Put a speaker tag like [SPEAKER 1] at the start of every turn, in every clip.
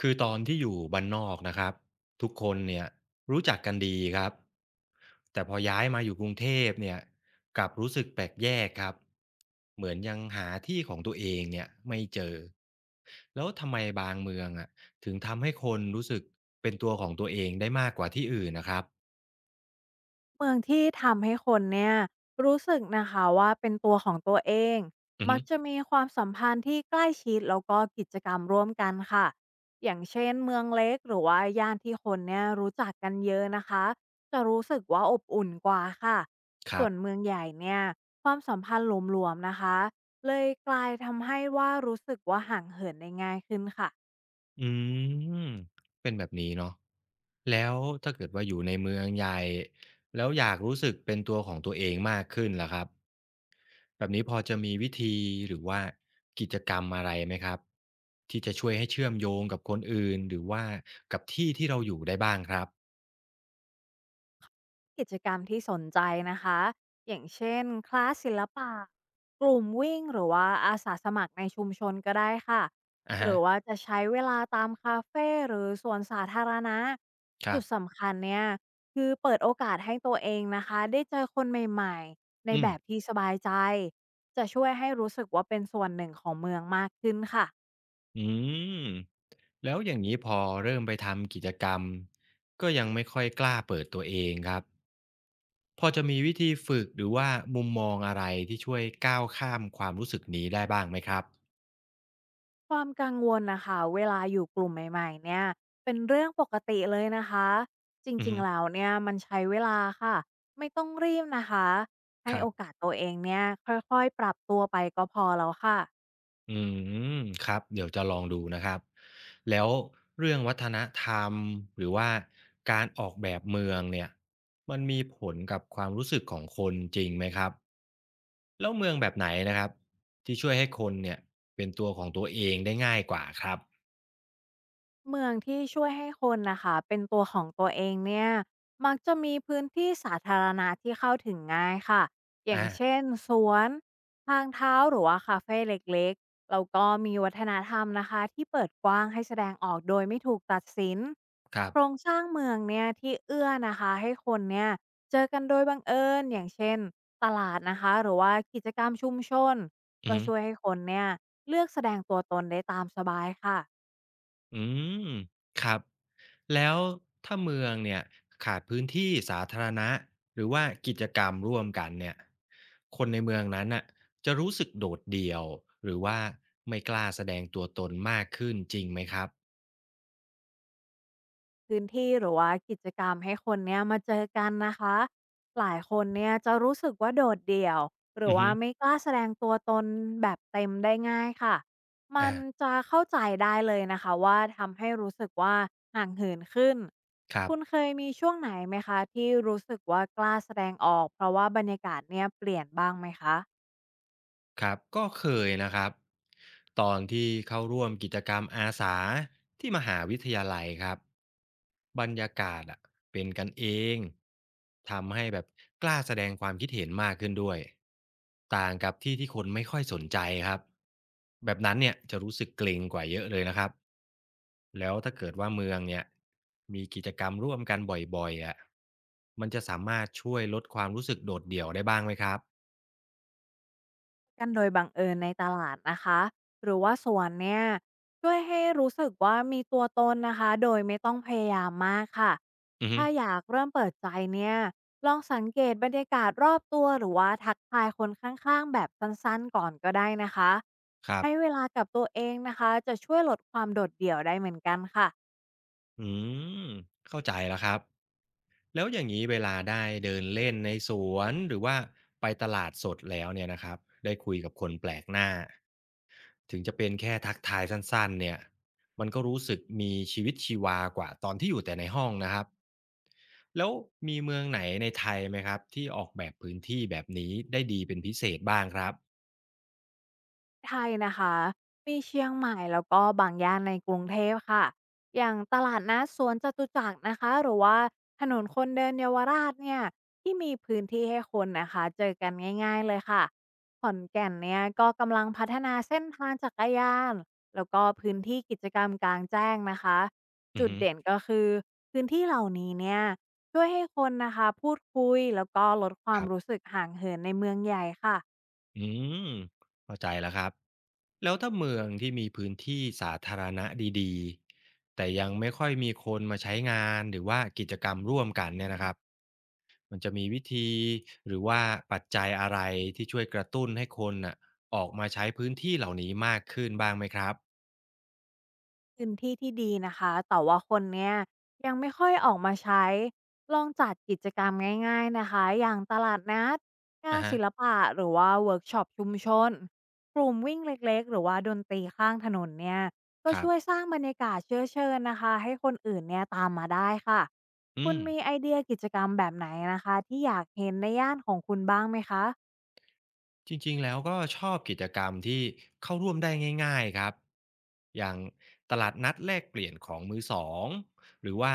[SPEAKER 1] คือตอนที่อยู่บ้านนอกนะครับทุกคนเนี่ยรู้จักกันดีครับแต่พอย้ายมาอยู่กรุงเทพเนี่ยกลับรู้สึกแปลกแยกครับเหมือนยังหาที่ของตัวเองเนี่ยไม่เจอแล้วทำไมบางเมืองอ่ะถึงทำให้คนรู้สึกเป็นตัวของตัวเองได้มากกว่าที่อื่นนะครับ
[SPEAKER 2] เมืองที่ทำให้คนเนี่ยรู้สึกนะคะว่าเป็นตัวของตัวเอง
[SPEAKER 1] อือ
[SPEAKER 2] มั
[SPEAKER 1] ฮึ
[SPEAKER 2] กจะมีความสัมพันธ์ที่ใกล้ชิดแล้วก็กิจกรรมร่วมกันค่ะอย่างเช่นเมืองเล็กหรือว่าย่านที่คนเนี่ยรู้จักกันเยอะนะคะจะรู้สึกว่าอบอุ่นกว่าค่ะ
[SPEAKER 1] ค
[SPEAKER 2] ส่
[SPEAKER 1] รั
[SPEAKER 2] วนเมื
[SPEAKER 1] บ
[SPEAKER 2] องใหญ่เนี่ยความสัมพันธ์หลวมๆนะคะเลยกลายทำให้ว่ารู้สึกว่าห่างเหินได้ง่ายขึ้นค่ะ
[SPEAKER 1] อืมเป็นแบบนี้เนาะแล้วถ้าเกิดว่าอยู่ในเมืองใหญ่แล้วอยากรู้สึกเป็นตัวของตัวเองมากขึ้นล่ะครับแบบนี้พอจะมีวิธีหรือว่ากิจกรรมอะไรไหมครับที่จะช่วยให้เชื่อมโยงกับคนอื่นหรือว่ากับที่ที่เราอยู่ได้บ้างครับ
[SPEAKER 2] กิจกรรมที่สนใจนะคะอย่างเช่นคลาสศิลปะกลุ่มวิ่งหรือว่าอาสาสมัครในชุมชนก็ได้ค่ะ
[SPEAKER 1] อะ
[SPEAKER 2] ห
[SPEAKER 1] ฮะ
[SPEAKER 2] รือว่าจะใช้เวลาตามคาเฟ่หรือสวนสาธารณะ
[SPEAKER 1] ครั
[SPEAKER 2] จุด
[SPEAKER 1] บ
[SPEAKER 2] สำคัญเนี่ยคือเปิดโอกาสให้ตัวเองนะคะได้เจอคนใหม่ๆใน
[SPEAKER 1] อื
[SPEAKER 2] แบ
[SPEAKER 1] ม
[SPEAKER 2] บที่สบายใจจะช่วยให้รู้สึกว่าเป็นส่วนหนึ่งของเมืองมากขึ้นค่ะ
[SPEAKER 1] อืมแล้วอย่างนี้พอเริ่มไปทำกิจกรรมก็ยังไม่ค่อยกล้าเปิดตัวเองครับ พอจะมีวิธีฝึกหรือว่ามุมมองอะไรที่ช่วยก้าวข้ามความรู้สึกนี้ได้บ้างไหมครับ
[SPEAKER 2] ความกังวลนะคะเวลาอยู่กลุ่มใหม่ๆเนี่ยเป็นเรื่องปกติเลยนะคะจ
[SPEAKER 1] อือ
[SPEAKER 2] ริง
[SPEAKER 1] ฮึ
[SPEAKER 2] ๆแล้วเนี่ยมันใช้เวลาค่ะไม่ต้องรีบนะคะให้
[SPEAKER 1] ครั
[SPEAKER 2] โอกา
[SPEAKER 1] บ
[SPEAKER 2] สตัวเองเนี่ยค่อยๆปรับตัวไปก็พอแล้วค่ะ
[SPEAKER 1] อืมครับเดี๋ยวจะลองดูนะครับแล้วเรื่องวัฒนธรรมหรือว่าการออกแบบเมืองเนี่ยมันมีผลกับความรู้สึกของคนจริงไหมครับแล้วเมืองแบบไหนนะครับที่ช่วยให้คนเนี่ยเป็นตัวของตัวเองได้ง่ายกว่าครับ
[SPEAKER 2] เมืองที่ช่วยให้คนนะคะเป็นตัวของตัวเองเนี่ยมักจะมีพื้นที่สาธารณะที่เข้าถึงง่ายค่ะอย่าง
[SPEAKER 1] อา
[SPEAKER 2] เช่นสวนทางเท้าหรือว่าคาเฟเล็กๆแล้วก็มีวัฒนธรรมนะคะที่เปิดกว้างให้แสดงออกโดยไม่ถูกตัดสิน
[SPEAKER 1] ครั
[SPEAKER 2] โครง
[SPEAKER 1] บ
[SPEAKER 2] สร้างเมืองเนี่ยที่เอื้อนะคะให้คนเนี่ยเจอกันโดยบังเอิญอย่างเช่นตลาดนะคะหรือว่ากิจกรรมชุมชน
[SPEAKER 1] อือ
[SPEAKER 2] ก็
[SPEAKER 1] ฮึ
[SPEAKER 2] ช่วยให้คนเนี่ยเลือกแสดงตัวตนได้ตามสบายค่ะ
[SPEAKER 1] อืมครับแล้วถ้าเมืองเนี่ยขาดพื้นที่สาธารณะหรือว่ากิจกรรมร่วมกันเนี่ยคนในเมืองนั้นน่ะจะรู้สึกโดดเดี่ยวหรือว่าไม่กล้าแสดงตัวตนมากขึ้นจริงไหมครับ
[SPEAKER 2] พื้นที่หรือว่ากิจกรรมให้คนเนี่ยมาเจอกันนะคะ หลายคนเนี่ยจะรู้สึกว่าโดดเดี่ยวหรือ
[SPEAKER 1] อือฮึ
[SPEAKER 2] ว่าไม่กล้าแสดงตัวตนแบบเต็มได้ง่ายค่ะ มัน
[SPEAKER 1] อ่า
[SPEAKER 2] จะเข้าใจได้เลยนะคะว่าทำให้รู้สึกว่าห่างเหินขึ้น
[SPEAKER 1] ครับ
[SPEAKER 2] คุณเคยมีช่วงไหนไหมคะที่รู้สึกว่ากล้าแสดงออกเพราะว่าบรรยากาศเนี่ยเปลี่ยนบ้างไหมคะ
[SPEAKER 1] ครับก็เคยนะครับตอนที่เข้าร่วมกิจกรรมอาสาที่มหาวิทยาลัยครับบรรยากาศอะเป็นกันเองทำให้แบบกล้าแสดงความคิดเห็นมากขึ้นด้วยต่างกับที่ที่คนไม่ค่อยสนใจครับแบบนั้นเนี่ยจะรู้สึกเกรงกว่าเยอะเลยนะครับแล้วถ้าเกิดว่าเมืองเนี่ยมีกิจกรรมร่วมกันบ่อยๆอ่ะมันจะสามารถช่วยลดความรู้สึกโดดเดี่ยวได้บ้างไหมครับ
[SPEAKER 2] กันโดยบังเอิญในตลาดนะคะหรือว่าสวนเนี่ยช่วยให้รู้สึกว่ามีตัวตนนะคะโดยไม่ต้องพยายามมากค่ะ
[SPEAKER 1] อือฮึ
[SPEAKER 2] ถ้าอยากเริ่มเปิดใจเนี่ยลองสังเกตบรรยากาศรอบตัวหรือว่าทักทายคนข้างๆแบบสั้นๆก่อนก็ได้นะคะ
[SPEAKER 1] ครั
[SPEAKER 2] ให้เว
[SPEAKER 1] บ
[SPEAKER 2] ลากับตัวเองนะคะจะช่วยลดความโดดเดี่ยวได้เหมือนกันค่ะ
[SPEAKER 1] อืมเข้าใจแล้วครับแล้วอย่างนี้เวลาได้เดินเล่นในสวนหรือว่าไปตลาดสดแล้วเนี่ยนะครับได้คุยกับคนแปลกหน้าถึงจะเป็นแค่ทักทายสั้นๆเนี่ยมันก็รู้สึกมีชีวิตชีวากว่าตอนที่อยู่แต่ในห้องนะครับแล้วมีเมืองไหนในไทยไหมครับที่ออกแบบพื้นที่แบบนี้ได้ดีเป็นพิเศษบ้างครับ
[SPEAKER 2] ไทยนะคะมีเชียงใหม่แล้วก็บางย่านในกรุงเทพค่ะอย่างตลาดนัดสวนจตุจักรนะคะหรือว่าถนนคนเดินเยาวราชเนี่ยที่มีพื้นที่ให้คนนะคะเจอกันง่ายๆเลยค่ะขอนแก่นเนี่ยก็กำลังพัฒนาเส้นทางจักรยานแล้วก็พื้นที่กิจกรรมกลางแจ้งนะคะ
[SPEAKER 1] อือ
[SPEAKER 2] จุด
[SPEAKER 1] ฮึ
[SPEAKER 2] เด่นก็คือพื้นที่เหล่านี้เนี่ยช่วยให้คนนะคะพูดคุยแล้วก็ลดควา
[SPEAKER 1] ค
[SPEAKER 2] ม
[SPEAKER 1] รั
[SPEAKER 2] รู้
[SPEAKER 1] บ
[SPEAKER 2] สึกห่างเหินในเมืองใหญ่ค่ะ
[SPEAKER 1] อืมเข้าใจแล้วครับ แล้วถ้าเมืองที่มีพื้นที่สาธารณะดีๆแต่ยังไม่ค่อยมีคนมาใช้งานหรือว่ากิจกรรมร่วมกันเนี่ยนะครับมันจะมีวิธีหรือว่าปัจจัยอะไรที่ช่วยกระตุ้นให้คนน่ะออกมาใช้พื้นที่เหล่านี้มากขึ้นบ้างไหมครับ
[SPEAKER 2] พื้นที่ที่ดีนะคะแต่ว่าคนเนี่ยยังไม่ค่อยออกมาใช้ ลองจัดกิจกรรมง่ายๆนะคะอย่างตลาดนัดงา
[SPEAKER 1] อะ
[SPEAKER 2] น
[SPEAKER 1] ฮะ
[SPEAKER 2] ศิลปะหรือว่าเวิร์กช็อปชุมชนกลุ่มวิ่งเล็กๆหรือว่าดนตรีข้างถนนเนี่ยก็
[SPEAKER 1] ครั
[SPEAKER 2] ช่วยส
[SPEAKER 1] บ
[SPEAKER 2] ร้างบรรยากาศเชื้อเชิญนะคะให้คนอื่นเนี่ยตามมาได้ค่ะ
[SPEAKER 1] อื
[SPEAKER 2] คุณ
[SPEAKER 1] ม
[SPEAKER 2] มีไอเดียกิจกรรมแบบไหนนะคะที่อยากเห็นในย่านของคุณบ้างไหมคะ
[SPEAKER 1] จริงๆ แล้วก็ชอบกิจกรรมที่เข้าร่วมได้ง่ายๆครับอย่างตลาดนัดแลกเปลี่ยนของมือสอง หรือว่า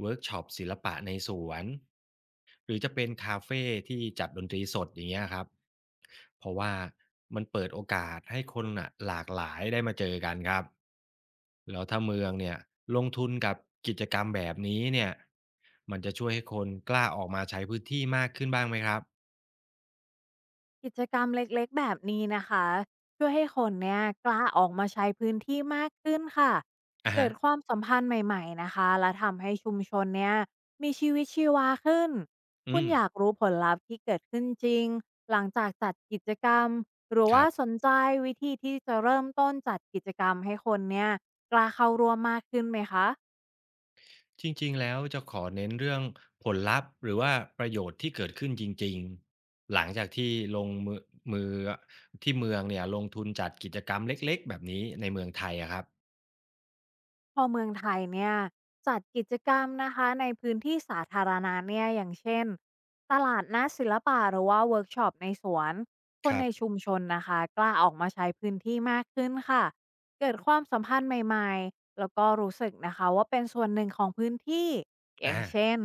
[SPEAKER 1] เวิร์กช็อปศิลปะในสวน หรือจะเป็นคาเฟ่ที่จัดดนตรีสดอย่างเงี้ยครับเพราะว่ามันเปิดโอกาสให้คนน่ะหลากหลายได้มาเจอกันครับแล้วถ้าเมืองเนี่ยลงทุนกับกิจกรรมแบบนี้เนี่ยมันจะช่วยให้คนกล้าออกมาใช้พื้นที่มากขึ้นบ้างไหมครับ
[SPEAKER 2] กิจกรรมเล็กๆแบบนี้นะคะช่วยให้คนเนี่ยกล้าออกมาใช้พื้นที่มากขึ้นค่ะ
[SPEAKER 1] อ่ะ
[SPEAKER 2] เกิ
[SPEAKER 1] ฮะ
[SPEAKER 2] ดความสัมพันธ์ใหม่ๆนะคะและทำให้ชุมชนเนี่ยมีชีวิตชีวาขึ้นคุ
[SPEAKER 1] อื
[SPEAKER 2] ณ
[SPEAKER 1] ม
[SPEAKER 2] อยากรู้ผลลัพธ์ที่เกิดขึ้นจริงหลังจากจัดกิจกรรมหรือ
[SPEAKER 1] ค
[SPEAKER 2] ว่า
[SPEAKER 1] รั
[SPEAKER 2] ส
[SPEAKER 1] บ
[SPEAKER 2] นใจวิธีที่จะเริ่มต้นจัดกิจกรรมให้คนเนี่ยกล้าเข้าร่วมมากขึ้นไหมคะ
[SPEAKER 1] จริงๆ แล้วจะขอเน้นเรื่องผลลัพธ์หรือว่าประโยชน์ที่เกิดขึ้นจริงๆ หลังจากที่ลงมือมือที่เมืองเนี่ยลงทุนจัดกิจกรรมเล็กๆแบบนี้ในเมืองไทยอะครับ
[SPEAKER 2] พอเมืองไทยเนี่ยจัดกิจกรรมนะคะในพื้นที่สาธารณะเนี่ยอย่างเช่นตลาดนัดศิลปะหรือว่าเวิร์กช็อปในสวนค
[SPEAKER 1] ค
[SPEAKER 2] น
[SPEAKER 1] รั
[SPEAKER 2] ใน
[SPEAKER 1] บ
[SPEAKER 2] ชุมชนนะคะกล้าออกมาใช้พื้นที่มากขึ้นค่ะเกิดความสัมพันธ์ใหม่ๆแล้วก็รู้สึกนะคะว่าเป็นส่วนหนึ่งของพื้นที่อย่า
[SPEAKER 1] อา
[SPEAKER 2] งเช่น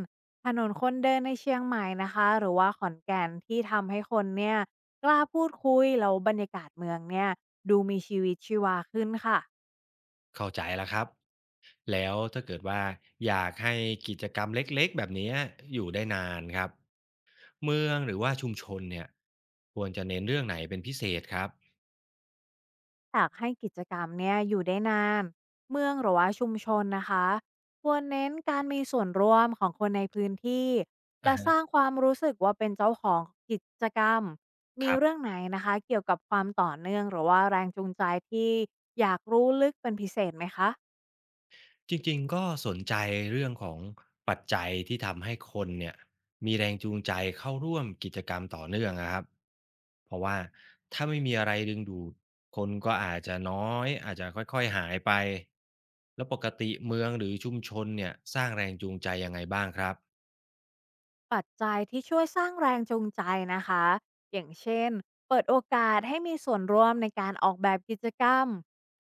[SPEAKER 2] ถนนคนเดินในเชียงใหม่นะคะหรือว่าขอนแก่นที่ทำให้คนเนี่ยกล้าพูดคุยแล้วบรรยากาศเมืองเนี่ยดูมีชีวิตชีวาขึ้นค่ะ
[SPEAKER 1] เข้าใจแล้วครับแล้วถ้าเกิดว่าอยากให้กิจกรรมเล็กๆแบบเนี้ยอยู่ได้นานครับเมืองหรือว่าชุมชนเนี่ยควรจะเน้นเรื่องไหนเป็นพิเศษครับ
[SPEAKER 2] อยากให้กิจกรรมเนี่ยอยู่ได้นานเมืองหรือว่าชุมชนนะคะควรเน้นการมีส่วนร่วมของคนในพื้นที่
[SPEAKER 1] อะ
[SPEAKER 2] และส
[SPEAKER 1] ฮะ
[SPEAKER 2] ร้างความรู้สึกว่าเป็นเจ้าของกิจกรรม
[SPEAKER 1] ค
[SPEAKER 2] มี
[SPEAKER 1] รับ
[SPEAKER 2] เรื่องไหนนะคะเกี่ยวกับความต่อเนื่องหรือว่าแรงจูงใจที่อยากรู้ลึกเป็นพิเศษไหมคะ
[SPEAKER 1] จริงๆก็สนใจเรื่องของปัจจัยที่ทำให้คนเนี่ยมีแรงจูงใจเข้าร่วมกิจกรรมต่อเนื่องนะครับเพราะว่าถ้าไม่มีอะไรดึงดูดคนก็อาจจะน้อยอาจจะค่อยๆหายไปแล้วปกติเมืองหรือชุมชนเนี่ยสร้างแรงจูงใจยังไงบ้างครับ
[SPEAKER 2] ปัจจัยที่ช่วยสร้างแรงจูงใจนะคะอย่างเช่นเปิดโอกาสให้มีส่วนร่วมในการออกแบบกิจกรรม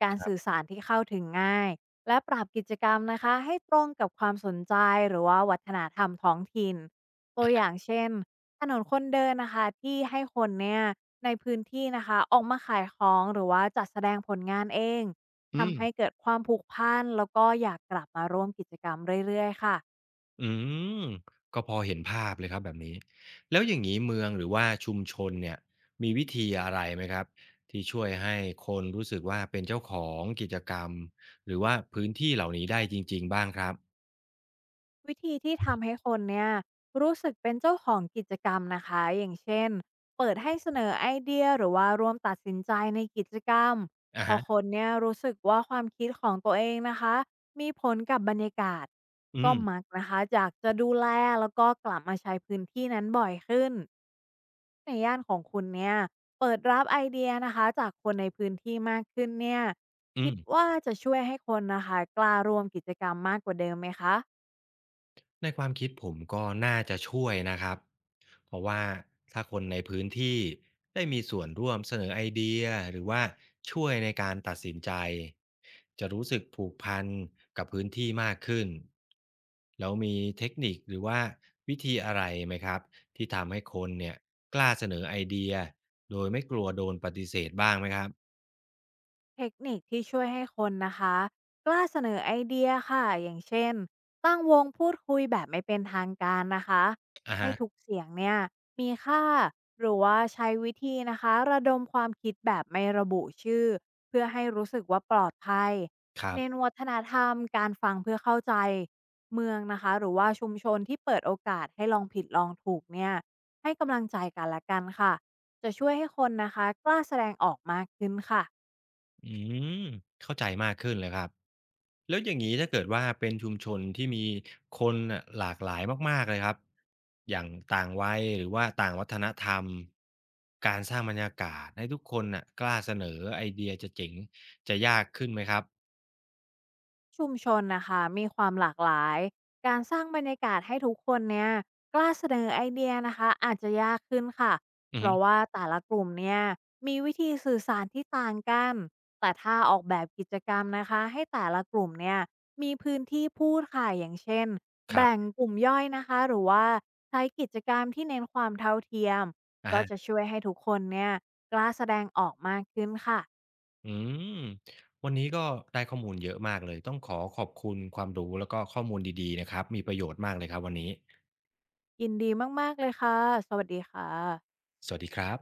[SPEAKER 2] การ
[SPEAKER 1] ครั
[SPEAKER 2] สื่อ
[SPEAKER 1] บ
[SPEAKER 2] สารที่เข้าถึงง่ายและปรับกิจกรรมนะคะให้ตรงกับความสนใจหรือว่าวัฒนธรรมท้องถิ่นตัวอย่างเช่นถนนคนเดินนะคะที่ให้คนเนี่ยในพื้นที่นะคะออกมาขายของหรือว่าจัดแสดงผลงานเอง
[SPEAKER 1] อืม
[SPEAKER 2] ทำให้เกิดความผูกพันแล้วก็อยากกลับมาร่วมกิจกรรมเรื่อยๆค่ะ
[SPEAKER 1] อืมก็พอเห็นภาพเลยครับแบบนี้แล้วอย่างนี้เมืองหรือว่าชุมชนเนี่ยมีวิธีอะไรไหมครับที่ช่วยให้คนรู้สึกว่าเป็นเจ้าของกิจกรรมหรือว่าพื้นที่เหล่านี้ได้จริงๆบ้างครับ
[SPEAKER 2] วิธีที่ทำให้คนเนี่ยรู้สึกเป็นเจ้าของกิจกรรมนะคะอย่างเช่นเปิดให้เสนอไอเดียหรือว่าร่วมตัดสินใจในกิจกรรม
[SPEAKER 1] อะ
[SPEAKER 2] พอ
[SPEAKER 1] ฮะ
[SPEAKER 2] คนเนี่ยรู้สึกว่าความคิดของตัวเองนะคะมีผลกับบรรยากาศ
[SPEAKER 1] อื
[SPEAKER 2] ก็
[SPEAKER 1] ม
[SPEAKER 2] มักนะคะอยากจะดูแลแล้วก็กลับมาใช้พื้นที่นั้นบ่อยขึ้นในย่านของคุณเนี่ยเปิดรับไอเดียนะคะจากคนในพื้นที่มากขึ้นเนี่ย
[SPEAKER 1] อื
[SPEAKER 2] คิ
[SPEAKER 1] ม
[SPEAKER 2] ดว่าจะช่วยให้คนนะคะกล้าร่วมกิจกรรมมากกว่าเดิมไหมคะ
[SPEAKER 1] ในความคิดผมก็น่าจะช่วยนะครับเพราะว่าถ้าคนในพื้นที่ได้มีส่วนร่วมเสนอไอเดียหรือว่าช่วยในการตัดสินใจจะรู้สึกผูกพันกับพื้นที่มากขึ้นแล้วมีเทคนิคหรือว่าวิธีอะไรไหมครับที่ทำให้คนเนี่ยกล้าเสนอไอเดียโดยไม่กลัวโดนปฏิเสธบ้างไหมครับ
[SPEAKER 2] เทคนิคที่ช่วยให้คนนะคะกล้าเสนอไอเดียค่ะอย่างเช่นตั้งวงพูดคุยแบบไม่เป็นทางการนะคะ
[SPEAKER 1] อ่ะ
[SPEAKER 2] ให้ทุก
[SPEAKER 1] ฮะ
[SPEAKER 2] เสียงเนี่ยมีค่าหรือว่าใช้วิธีนะคะระดมความคิดแบบไม่ระบุชื่อเพื่อให้รู้สึกว่าปลอดภัย
[SPEAKER 1] ครั
[SPEAKER 2] เน้น
[SPEAKER 1] บ
[SPEAKER 2] วัฒนธรรมการฟังเพื่อเข้าใจเมืองนะคะหรือว่าชุมชนที่เปิดโอกาสให้ลองผิดลองถูกเนี่ยให้กำลังใจกันละกันค่ะจะช่วยให้คนนะคะกล้าแสดงออกมากขึ้นค่ะ
[SPEAKER 1] อืมเข้าใจมากขึ้นเลยครับแล้วอย่างนี้ถ้าเกิดว่าเป็นชุมชนที่มีคนน่ะหลากหลายมากๆเลยครับอย่างต่างวัยหรือว่าต่างวัฒนธรรมการสร้างบรรยากาศให้ทุกคนน่ะกล้าเสนอไอเดียจะเจ๋งจะยากขึ้นไหมครับ
[SPEAKER 2] ชุมชนนะคะมีความหลากหลายการสร้างบรรยากาศให้ทุกคนเนี่ยกล้าเสนอไอเดียนะคะอาจจะยากขึ้นค่ะ
[SPEAKER 1] อื
[SPEAKER 2] เพ
[SPEAKER 1] อฮึ
[SPEAKER 2] ราะว่าแต่ละกลุ่มเนี่ยมีวิธีสื่อสารที่ต่างกันแต่ถ้าออกแบบกิจกรรมนะคะให้แต่ละกลุ่มเนี่ยมีพื้นที่พูดค่ะอย่างเช่น
[SPEAKER 1] ครั
[SPEAKER 2] แบ่ง
[SPEAKER 1] บ
[SPEAKER 2] กลุ่มย่อยนะคะหรือว่าใช้กิจกรรมที่เน้นความเท่าเทียมก็จะ
[SPEAKER 1] อ่า
[SPEAKER 2] ช่วยให้ทุกคนเนี่ยกล้าแสดงออกมากขึ้นค่ะ
[SPEAKER 1] อืมวันนี้ก็ได้ข้อมูลเยอะมากเลยต้องขอขอบคุณความรู้แล้วก็ข้อมูลดีๆนะครับมีประโยชน์มากเลยครับวันนี้
[SPEAKER 2] ยินดีมากๆเลยค่ะสวัสดีค่ะ
[SPEAKER 1] สวัสดีครับ